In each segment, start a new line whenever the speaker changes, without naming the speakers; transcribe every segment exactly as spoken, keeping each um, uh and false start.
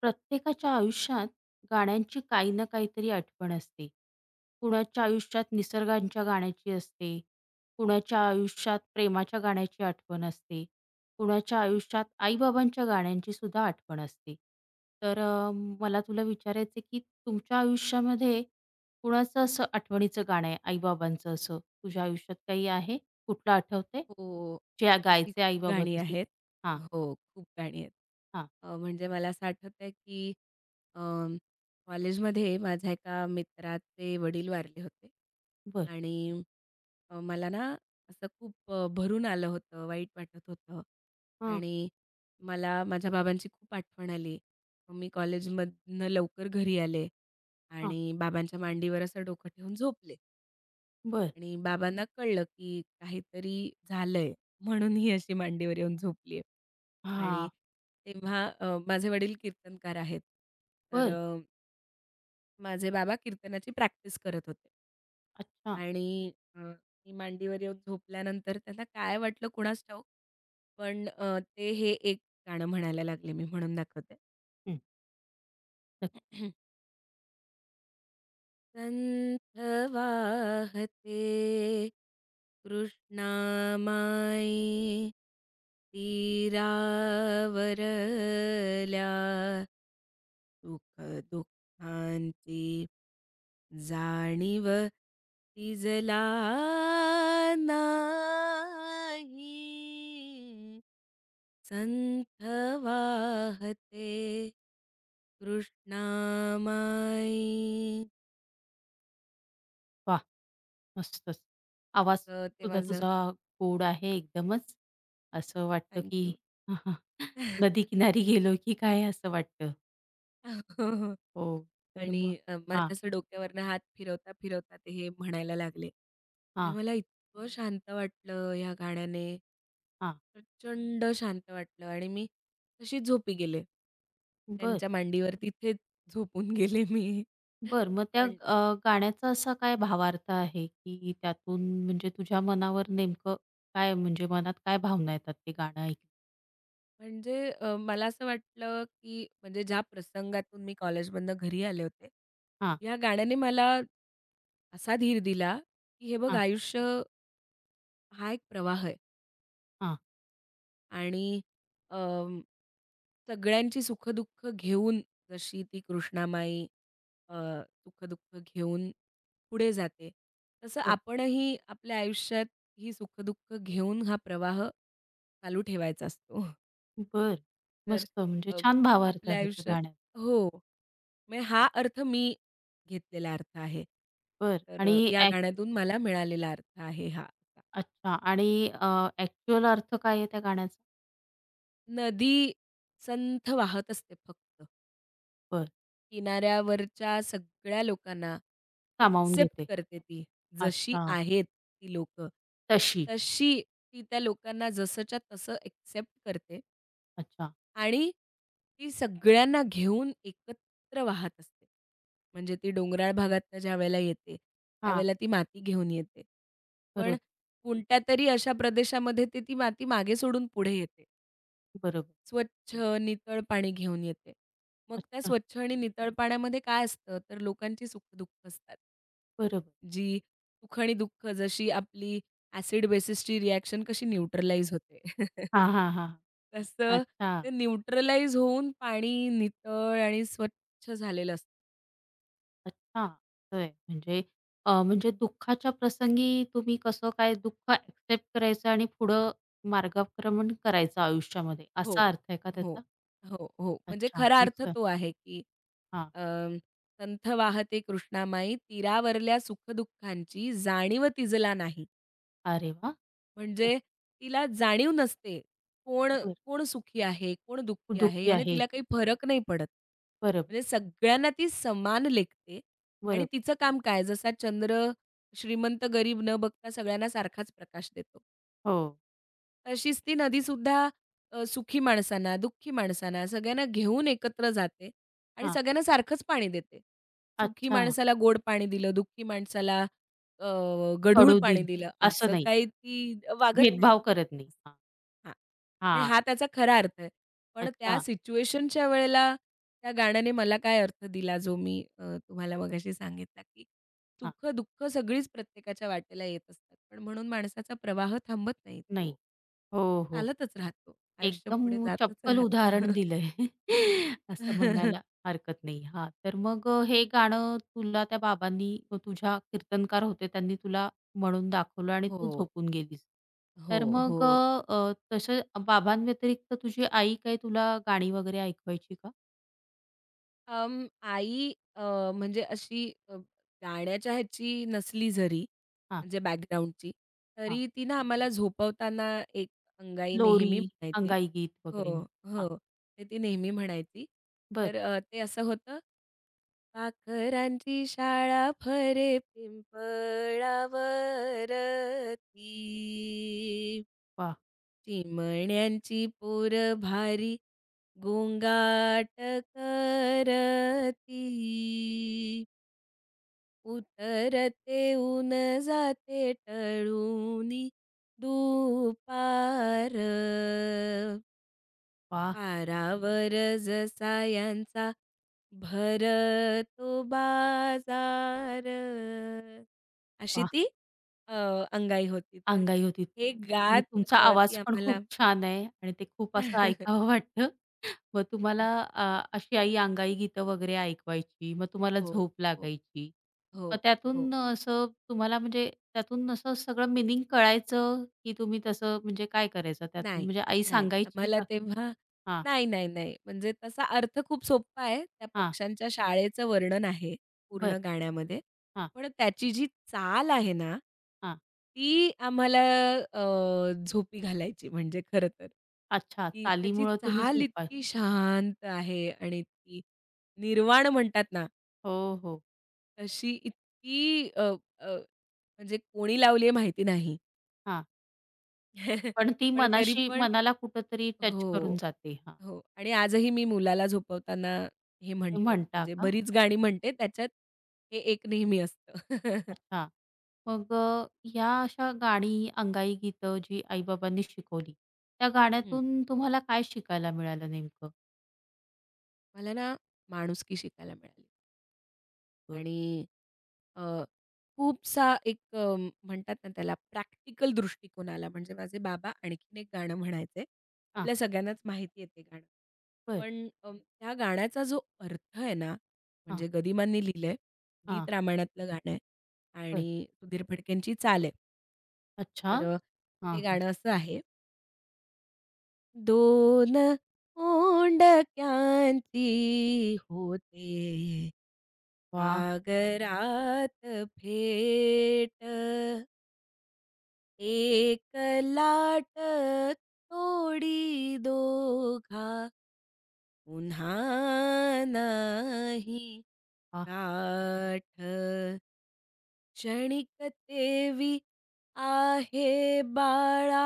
प्रत्येकाच्या आयुष्यात गाण्यांची काही ना काहीतरी आठवण असते. कुणाच्या आयुष्यात निसर्गांच्या गाण्याची असते, कुणाच्या आयुष्यात प्रेमाच्या गाण्याची आठवण असते, कुणाच्या आयुष्यात आई-बाबांच्या गाण्यांची सुद्धा आठवण असते. तर अ, मला तुला विचारायचं की तुमच्या आयुष्यामध्ये कुणाचं असं आठवणीचं गाणं आहे आई असं? तुझ्या आयुष्यात काही आहे? कुठलं आठवतंय?
हो.
जे
अशी
गायचे आई
खूप गाणी
तुझे?
आहेत.
हां,
हो, खूप गाणी आहेत.
हां.
अ, म्हणजे मला असं आठवतंय की अं, कॉलेजमध्ये माझ्या एका मित्राचे वडील वारले होते
बरं.
आणि अ, मला ना असं खूप अ, भरून आलं होतं, वाईट वाटत होतं
हां,
आणि मला माझ्या बाबांची खूप आठवण आली. मग मी कॉलेजमधनं लवकर घरी आले
हां.
आणि बाबांच्या मांडीवर असं डोकं ठेवून झोपले.
बरं.
आणि बाबांना कळलं, की काहीतरी झालंय म्हणून ही अशी मांडीवर येऊन झोपली आहे. आणि
हां.
तेव्हा अ, माझे वडील कीर्तनकार आहेत. तर
बरं.
अ, माझे बाबा कीर्तनाची प्रॅक्टिस करत होते.
अच्छा.
आणि अ, मी मांडीवर येऊन झोपल्यानंतर त्यांना काय वाटलं कुणास ठाऊक, पण अ, ते हे एक गाणं म्हणायला लागले. मी म्हणून दाखवते.
हं. नक्क
संथ वाहते कृष्णामाई तीरावरल्या सुख दुःखांची जाणीव तिजला नाही. संथ वाहते कृष्णामाई.
वाह! मस्तच. आवाज
अ, ते
सुद्धा
माझं
तुझा गोड आहे एकदमच. असं वाटतं
थँक
की
यू.
नदी किनारी गेलो की काय असं वाटतं.
हो, हो.
हो. तर
आणि
मग
अ,
हा,
माझ्या असं डोक्यावरनं हात फिरवता-फिरवता ते हे म्हणायला लागले आणि
हा,
मला इतकं शांत वाटलं ह्या गाण्याने.
हां.
प्रचंड शांत वाटलं आणि मी तशीच झोपी गेले.
बरं,
त्यांच्या मांडीवर तिथेच झोपून गेले मी.
बरं. मग त्या
पण अ,
अ, गाण्याचा असा काय भावार्थ आहे की त्यातून म्हणजे तुझ्या मनावर नेमकं काय म्हणजे मनात काय भावना येतात ते गाणं ऐकून?
म्हणजे अ, मला असं वाटलं, की म्हणजे ज्या प्रसंगातून मी कॉलेजमधनं घरी आले होते,
हां,
या गाण्याने मला असा धीर दिला, की हे बघ
हां,
आयुष्य हा एक प्रवाह आहे
हां.
आणि अम, सगळ्यांची सुखदुःख घेऊन जशी ती कृष्णामाई अ, सुखदुःख घेऊन पुढे जाते, तसं
बरं,
आपणही आपल्या आयुष्यात ही सुखदुःख घेऊन हा प्रवाह चालू ठेवायचा असतो.
बरं.
तर
मस्त म्हणजे
अ,
छान भावार्थ
आपल्या
आहे त्या
आयुष्यात
गाण्यात.
हो. म्हणजे हा अर्थ मी घेतलेला अर्थ आहे.
बरं
तर अ,
आणि
या गाण्यातून मला मिळालेला अर्थ आहे हा.
अच्छा आणि अ, ॲक्चुअल अर्थ काय आहे त्या गाण्याचा?
नदी संथ वाहत असते फक्त.
बरं.
किनाऱ्यावरच्या सगळ्या लोकांना
सामावून
एक्सेप्ट
घेते.
करते ती. जशी
अच्छा.
आहेत ती लोकं.
तशी.
तशी ती त्या लोकांना जसंच्या तसं एक्सेप्ट करते
अच्छा.
आणि ती सगळ्यांना घेऊन एकत्र वाहत असते. म्हणजे ती डोंगराळ भागातनं ज्यावेळेला येते,
हां.
त्यावेळेला ती माती घेऊन येते. पण
बरोबर,
कोणत्यातरी अशा प्रदेशामध्ये ती ती माती मागे सोडून पुढे येते.
बरोबर.
स्वच्छ, नितळ पाणी घेऊन येते. मग त्या
अच्छा.
स्वच्छ आणि नितळ पाण्यामध्ये काय असतं, तर लोकांची सुख-दुःख असतात.
बरोबर.
जी सुख आणि दुःख जशी आपली ॲसिड बेसिसची रिएक्शन कशी न्यूट्रलाइज होते.
हां, हां, हां.
तसं
अच्छा,
ते न्यूट्रलाइज होऊन पाणी नितळ आणि स्वच्छ झालेलं असतं.
अच्छा. होय. म्हणजे अ, म्हणजे दुःखाच्या प्रसंगी तुम्ही कसं काय दुःख ॲक्सेप्ट करायचं आणि पुढं मार्गक्रमण करायचं आयुष्यामध्ये
हो,
असा अर्थ आहे का त्याचा?
हो, हो, हो. म्हणजे
अच्छा.
खरा अर्थ
मस्त.
तो आहे, की
हां.
अ, "संथ वाहते कृष्णामाई तीरावरल्या सुख जाणीव तिजला नाही."
अरे वाह!
म्हणजे
मस्त.
तिला जाणीव नसते. कोण
बरं.
कोण सुखी आहे, कोण दुःखी आहे
दुःखी
याने
आहे.
तिला काही फरक नाही पडत.
बरोबर,
म्हणजे सगळ्यांना ती समान लेखते आणि
बरोबर.
तिचं काम काय जसा चंद्र श्रीमंत गरीब न बघता सगळ्यांना सारखाच प्रकाश देतो.
हो.
तशीच ती नदीसुद्धा अ, सुखी माणसांना, दुःखी माणसांना सगळ्यांना घेऊन एकत्र जाते आणि
हां.
सगळ्यांना सारखंच पाणी देते. सुखी
अच्छा.
माणसाला गोड पाणी दिलं, दुःखी माणसाला अ, गढूळ
पडू
पाणी
देईल
दिलं,
असं
असं
नाही.
काही ती वागत नाही.
भेदभाव करत नाही. हां,
हां, म्हणजे
हां.
हा त्याचा खरा अर्थ आहे. पण त्या
अच्छा.
सिच्युएशनच्या वेळेला त्या गाण्याने मला काय अर्थ दिला जो मी अ, तुम्हाला मगाशी सांगितला, की
हां.
सुख-दुःख सगळीच प्रत्येकाच्या वाटेला येत असतात. पण म्हणून माणसाचा प्रवाह थांबत नाही.
नाही.
तो
हो, हो.
चालतच राहतो. आयुष्य
एकदम
पुढे जातच
चपकल उदाहरण
राहतं.
दिलंय. असं म्हणायला हरकत नाही. हां, तर मग अ, हे गाणं तुला त्या बाबांनी अ, तुझ्या कीर्तनकार होते त्यांनी तुला म्हणून दाखवलं आणि तू
हो,
झोपून गेलीस.
हो,
तर
हो.
मग अ, अ, तसं बाबांव्यतिरिक्त तुझी आई काही तुला गाणी वगैरे ऐकवायची का?
अं, आई अ, म्हणजे अशी अ, गाण्याच्या ह्याची नसली जरी,
हां,
म्हणजे बॅकग्राऊंडची,
हां.
तरी ती ना आम्हाला झोपवताना एक अंगाई
लोरी,
नेहमी म्हणायची.
अंगाईगीत
हो,
वगैरे म्हण. हां.
हो. ते ती नेहमी म्हणायची.
बरं.
तर अ, ते असं होतं, "पाखरांची शाळा फरे पिंपळावरती."
वाह!
चिमण्यांची पोर भारी गोंगाट करती. उतरते ऊन जाते टळूनी दुपार.
वाह!
पारावर जसा यांचा भरतो बाजार. अशी
वाह!
ती अ, अंगाई होती. तर
अंगाई होती
हे
आणि
गात
तुमचा
अ, ती
आवाज पण
आम्हाला
खूप छान आहे आणि ते खूप असं ऐकावं वाटतं. मग तुम्हाला अ, अशी आई अंगाई गीतं वगैरे ऐकवायची. मग तुम्हाला
हो,
झोप
हो,
लागायची.
हो,
मग
हो.
त्यातून असं तुम्हाला म्हणजे त्यातून असं सगळं मीनिंग कळायचं, की तुम्ही तसं म्हणजे काय करायचं त्यातून?
नाही,
म्हणजे आई
नाही.
सांगायची
आम्हाला
का?
तेव्हा
हां,
नाही, नाही, नाही. म्हणजे तसा अर्थ खूप सोपा आहे. त्या
हां.
पक्ष्यांच्या शाळेचं वर्णन आहे
बरं.
पूर्ण गाण्यामध्ये.
हां,
पण त्याची जी चाल आहे ना,
हां.
ती आम्हाला अ, झोपी घालायची म्हणजे खरं तर.
अच्छा.
की त्याची
चालीमुळं तुम्ही
चाल
झोपा
इतकी शांत आहे आणि इतकी निर्वाण म्हणतात ना,
हो, हो.
तशी इतकी अ, अ, म्हणजे कोणी लावली आहे माहिती नाही.
हां. पण ती
पण तरी
मनाशी
पण
मनाला कुठेतरी टच करून
हो,
जाते. हां.
हो. आणि आजही मी मुलाला झोपवताना हे
ते
म्हणते.
म्हणता
म्हणजे
का?
बरीच गाणी म्हणते त्याच्यात हे एक नेहमी असतं.
अच्छा. मग अ, ह्या अशा गाणी, अंगाई गीतं जी आई-बाबांनी शिकवली, त्या
हं.
गाण्यातून तुम्हाला काय शिकायला मिळालं नेमकं?
मला ना माणुसकी शिकायला मिळाली.
बरं.
आणि अ, खूपसा एक अ, म्हणतात ना त्याला प्रॅक्टिकल दृष्टिकोन आला. म्हणजे माझे बाबा आणखीन एक गाणं म्हणायचे.
हां.
आपल्या सगळ्यांनाच माहिती आहे ते गाणं.
बरं.
पण अ, त्या गाण्याचा जो अर्थ आहे ना,
हां,
म्हणजे गदिमांनी लिहिलंय. गीत
हां.
रामायणातलं गाणं आहे
बरं.
आणि सुधीर फडकेंची चाल आहे.
अच्छा.
तर अ,
हां,
ते
हां.
गाणं असं आहे. दोन ओंडक्यांची होते
वाह!
सागरात भेट. एक लाट तोडी दोघा पुन्हा नाही
वाह!
गाठ. क्षणिक तेवी आहे बाळा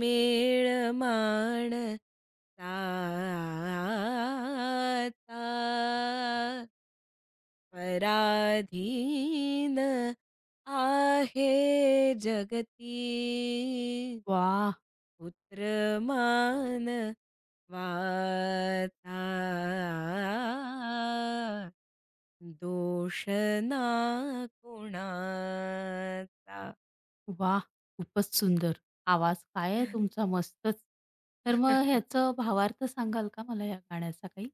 मेळ माण साचा. पराधीन आहे जगती
वाह!
पुत्र मानवाचा, दोष ना कोणाचा.
वाह! खूपच सुंदर. आवाज काय आहे तुमचा मस्तच. तर मग ह्याचं भावार्थ सांगाल का मला या गाण्याचा काही?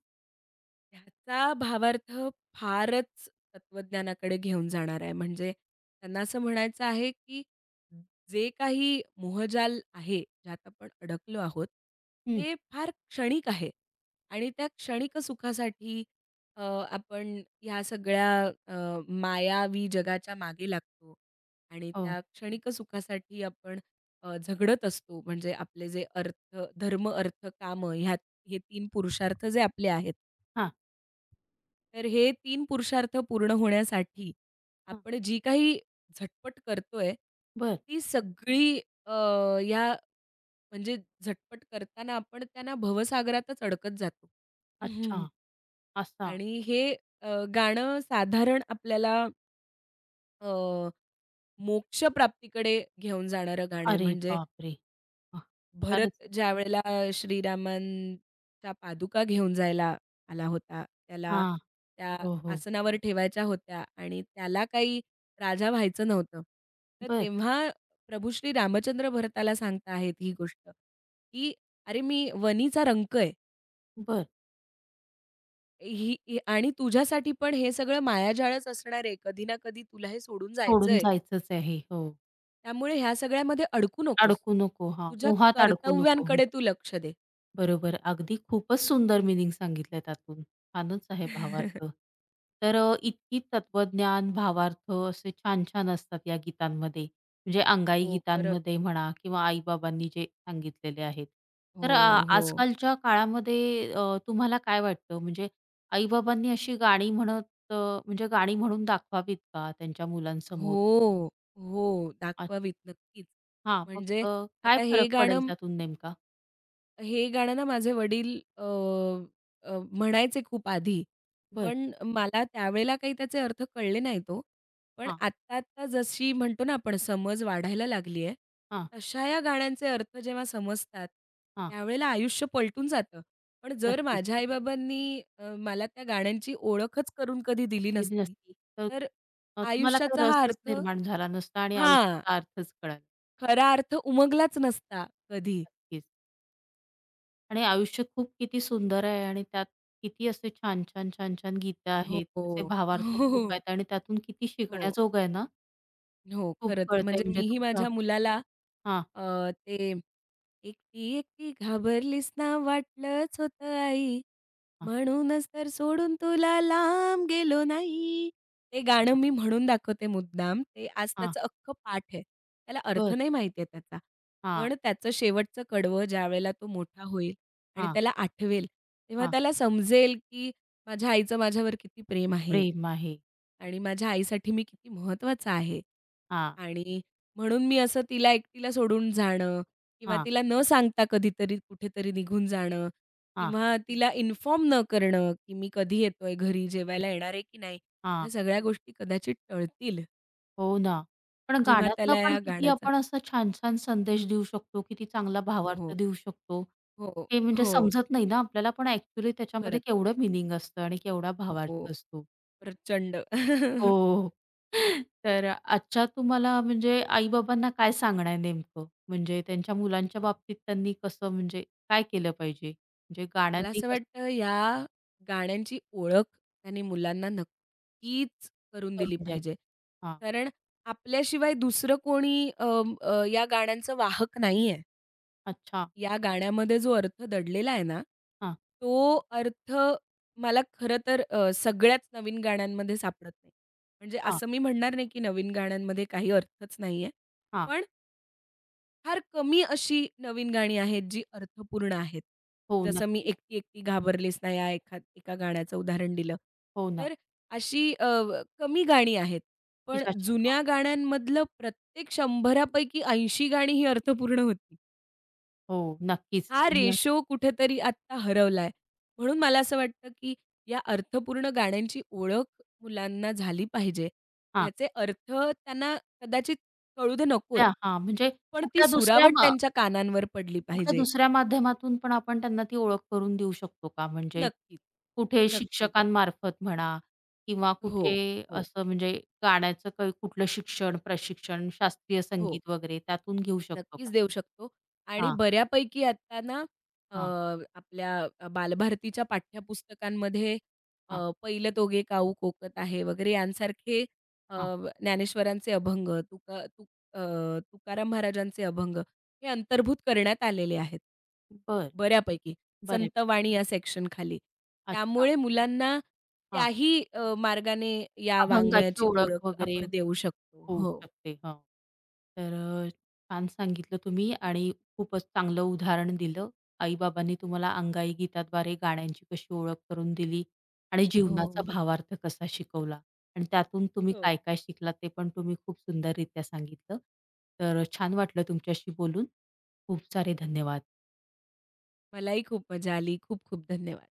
ह्याचा भावार्थ फारच तत्त्वज्ञानाकडे घेऊन जाणार आहे. म्हणजे त्यांना असं म्हणायचं आहे, की जे काही मोहजाल आहे, ज्यात आपण अडकलो आहोत,
हं.
ते फार क्षणिक आहे आणि त्या क्षणिक सुखासाठी अ, आपण ह्या सगळ्या अ, मायावी जगाच्या मागे लागतो आणि
हो.
त्या क्षणिक सुखासाठी आपण अ, झगडत असतो. म्हणजे आपले जे अर्थ, धर्म, अर्थ, कामं ह्या हे तीन पुरुषार्थ जे आपले आहेत.
हां,
तर हे तीन पुरुषार्थ पूर्ण होण्यासाठी
हां.
आपण जी काही झटपट करतोय,
बरं.
ती सगळी अ, या म्हणजे झटपट करताना आपण त्यांना भवसागरातच अडकत जातो.
अच्छा.
हम्म.
असा.
आणि हे अ, गाणं साधारण आपल्याला अ, मोक्षप्राप्तीकडे घेऊन जाणारं गाणं आहे.
अरे
म्हणजे
बापरे! वाह!
भरत
फारच
ज्यावेळेला श्रीरामांच्या पादुका घेऊन जायला आला होता, त्याला
हां.
त्या
हो, हो.
आसनावर ठेवायच्या होत्या आणि त्याला काही राजा व्हायचं नव्हतं. तर
बरं.
तेव्हा प्रभू श्री रामचंद्र भरताला सांगता आहेत ही गोष्ट, की "अरे मी वनीचा रंक आहे.
बरं.
ही ही आणि तुझ्यासाठी पण हे सगळं मायाजाळच असणार आहे. कधी ना कधी तुला हे सोडून जायचं
सोडून
आहे.
जायचंच आहे. हो.
त्यामुळे ह्या सगळ्यामध्ये अडकू नकोस.
अडकू नको. हां,
तुझ्या
मोहात अडकू नको.
कर्तव्यांकडे
हो,
तू लक्ष दे."
बरोबर. अगदी खूपच सुंदर मिनिंग सांगितलं त्यातून. छानच आहे भावार्थ. तर अ, इतकी तत्वज्ञान, भावार्थ असे छान-छान असतात या गीतांमध्ये. म्हणजे अंगाई
हो, खरं.
गीतांमध्ये म्हणा किंवा आई जे सांगितलेले आहेत. तर अ,
हो, हो.
आजकालच्या काळामध्ये अ, तुम्हाला काय वाटतं म्हणजे आई अशी गाणी म्हणत अ, म्हणजे गाणी म्हणून दाखवावीत का त्यांच्या मुलांसमोर?
हो, हो. दाखवावीत नक्कीच.
हां, मग
म्हणजे
अ, काय
आता हे
फरक पडेल
गाणं
त्यातून नेमका?
हे गाणं ना माझे वडील अ, अ, म्हणायचे खूप आधी.
बर,
पण मला त्यावेळेला काही त्याचे अर्थ कळले नाहीत ओ. पण
हां,
आत्ता-आत्ता जशी म्हणतो ना आपण समज वाढायला लागली आहे,
हां,
तशा या गाण्यांचे अर्थ जेव्हा समजतात,
हां.
त्यावेळेला आयुष्य पलटून जातं. पण जर
नक्कीच.
माझ्या आई-बाबांनी अ, मला त्या गाण्यांची ओळखच करून कधी दिली
दिली
नसती,
नसती तर
तर
अ, तुम्हाला काही
आयुष्याचा हा
रसच
अर्थ
निर्माण झाला नसता आणि
हां,
आयुष्याचा अर्थच कळाला नसता.
खरा अर्थ उमगलाच नसता कधी.
नक्कीच. आणि आयुष्य खूप किती सुंदर आहे आणि त्यात किती असे छान, छान, छान, छान गीतं
हो,
आहेत. असे
हो,
भावार्थ खूप
हो,
आहेत आणि त्यातून किती
हो.
शिकण्याजोगं आहे ना,
हो,
खूप
खरंच.
कळतंय
म्हणजे
म्हणजे
मीही
तुमच्या
माझ्या मुलाला
हां,
अ, ते एकटी एकटी घाबरलीस ना वाटलंच होतं आई,
हां,
म्हणूनच तर सोडून तुला लांब गेलो नाही. ते गाणं
हां,
मी म्हणून दाखवते मुद्दाम. ते आज
हां.
त्याचं अख्खं पाठ आहे. त्याला अर्थ
बरं.
नाही माहिती आहे त्याचा.
हां,
पण त्याचं शेवटचं कडवं ज्यावेळेला तो मोठा होईल आणि
हां,
त्याला आठवेल, तेव्हा
हां.
त्याला समजेल, की माझ्या आईचं माझ्यावर किती प्रेम आहे.
प्रेम आहे.
आणि माझ्या आईसाठी मी किती महत्त्वाचा आहे.
हां,
आणि म्हणून मी असं तिला एकटीला सोडून जाणं किंवा
हां,
तिला न सांगता कधीतरी कुठेतरी निघून जाणं
हां.
किंवा तिला इन्फॉर्म न करणं, की मी कधी येतोय घरी, जेवायला येणार आहे की नाही,
हां.
ह्या सगळ्या गोष्टी कदाचित टळतील
हो ना. पण
जेव्हा
गाण्यातनं
त्याला
पण
या
किती
गाण्याचा
आपण असा छान-छान संदेश देऊ शकतो, किती चांगला भावार्थ
हो,
देऊ शकतो.
हो,
हे म्हणजे
हो.
समजत नाही ना आपल्याला, पण ॲक्चुअली त्याच्यामध्ये
खरंच.
केवढं मिनिंग असतं आणि केवढा
हो,
भावार्थ
हो.
असतो.
प्रचंड.
हो. तर आजच्या तुम्हाला म्हणजे आई-बाबांना काय सांगणं नेमकं? म्हणजे त्यांच्या मुलांच्या बाबतीत त्यांनी कसं म्हणजे काय केलं पाहिजे? म्हणजे
मला
गाण्यांनी
असं
कसं
वाटतं या गाण्यांची ओळख त्यांनी मुलांना नक्कीच करून दिली
करून द्यावी?
पाहिजे.
हां.
कारण आपल्याशिवाय दुसरं कोणी अं, अ, या गाण्यांचं वाहक नाही नाहीये.
अच्छा.
या गाण्यामध्ये जो अर्थ दडलेला आहे ना,
हां,
तो अर्थ मला खरं तर अ, सगळ्याच नवीन गाण्यांमध्ये सापडत नाही. म्हणजे
हां,
असं मी म्हणणार नाही की नवीन गाण्यांमध्ये काही अर्थच नाहीये.
हां.
पण फार कमी अशी नवीन गाणी आहेत जी अर्थपूर्ण आहेत.
हो,
जसं मी
नक्कीच.
एकटी एकटी घाबरलीस ना या एखा एका गाण्याचं उदाहरण दिलं.
हो ना.
तर अशी अ, व- कमी गाणी आहेत.
की
पण
ज्याच्या हां.
जुन्या गाण्यांमधलं प्रत्येक शंभर पैकी ऐंशी गाणी ही अर्थपूर्ण होती.
हो, नक्कीच.
हा
तुम्ही
रेशो कुठेतरी आत्ता हरवलाय. म्हणून मला असं वाटतं, की या अर्थपूर्ण गाण्यांची ओळख मुलांना झाली पाहिजे.
हां.
ह्याचे अर्थ त्यांना कदाचित कळू दे नकोत.
कुठल्या हां, म्हणजे
पण ती
कुठल्या दुसऱ्या
सुरावट
मा
त्यांच्या कानांवर पडली
कुठल्या
पाहिजे.
दुसऱ्या माध्यमातून पण आपण त्यांना ती ओळख करून देऊ शकतो का? म्हणजे
नक्कीच.
कुठे
नक्कीच.
शिक्षकांमार्फत म्हणा किंवा
हो,
कुठे
हो,
असं म्हणजे गाण्याचं काही कुठलं शिक्षण, प्रशिक्षण, शास्त्रीय
हो.
संगीत वगैरे त्यातून घेऊ शकतो
नक्कीच
का?
देऊ शकतो आणि
हां,
बऱ्यापैकी आता ना अ,
हां,
आपल्या अ, बालभारतीच्या पाठ्यपुस्तकांमध्ये अ,
हां,
"पहिलं तोगे काऊ कोकत आहे" वगैरे यांसारखे अ,
हां.
ज्ञानेश्वरांचे अभंग, तुका तु अ, तुकाराम महाराजांचे अभंग हे अंतर्भूत करण्यात आलेले आहेत.
बरं.
बऱ्यापैकी
बऱ्यापैकी.
संतवाणी या सेक्शनखाली.
अच्छा.
त्यामुळे मुलांना
हां.
त्याही अ, मार्गाने या
अभंगाची
वाङ्मयाची
ओळख
ओळख
वगैरे
आपण देऊ शकतो.
होऊ
हो.
शकते. हो. तर अ, छान सांगितलं तुम्ही आणि खूपच चांगलं उदाहरण दिलं. आई-बाबांनी तुम्हाला अंगाई गीताद्वारे गाण्यांची कशी ओळख करून दिली आणि जीवनाचा
हो.
भावार्थ कसा शिकवला आणि त्यातून तुम्ही
हो.
काय-काय शिकलात ते पण तुम्ही खूप सुंदररित्या सांगितलं. तर छान वाटलं तुमच्याशी बोलून. खूप सारे धन्यवाद.
मलाही खूप मजा आली. खूप खूप धन्यवाद.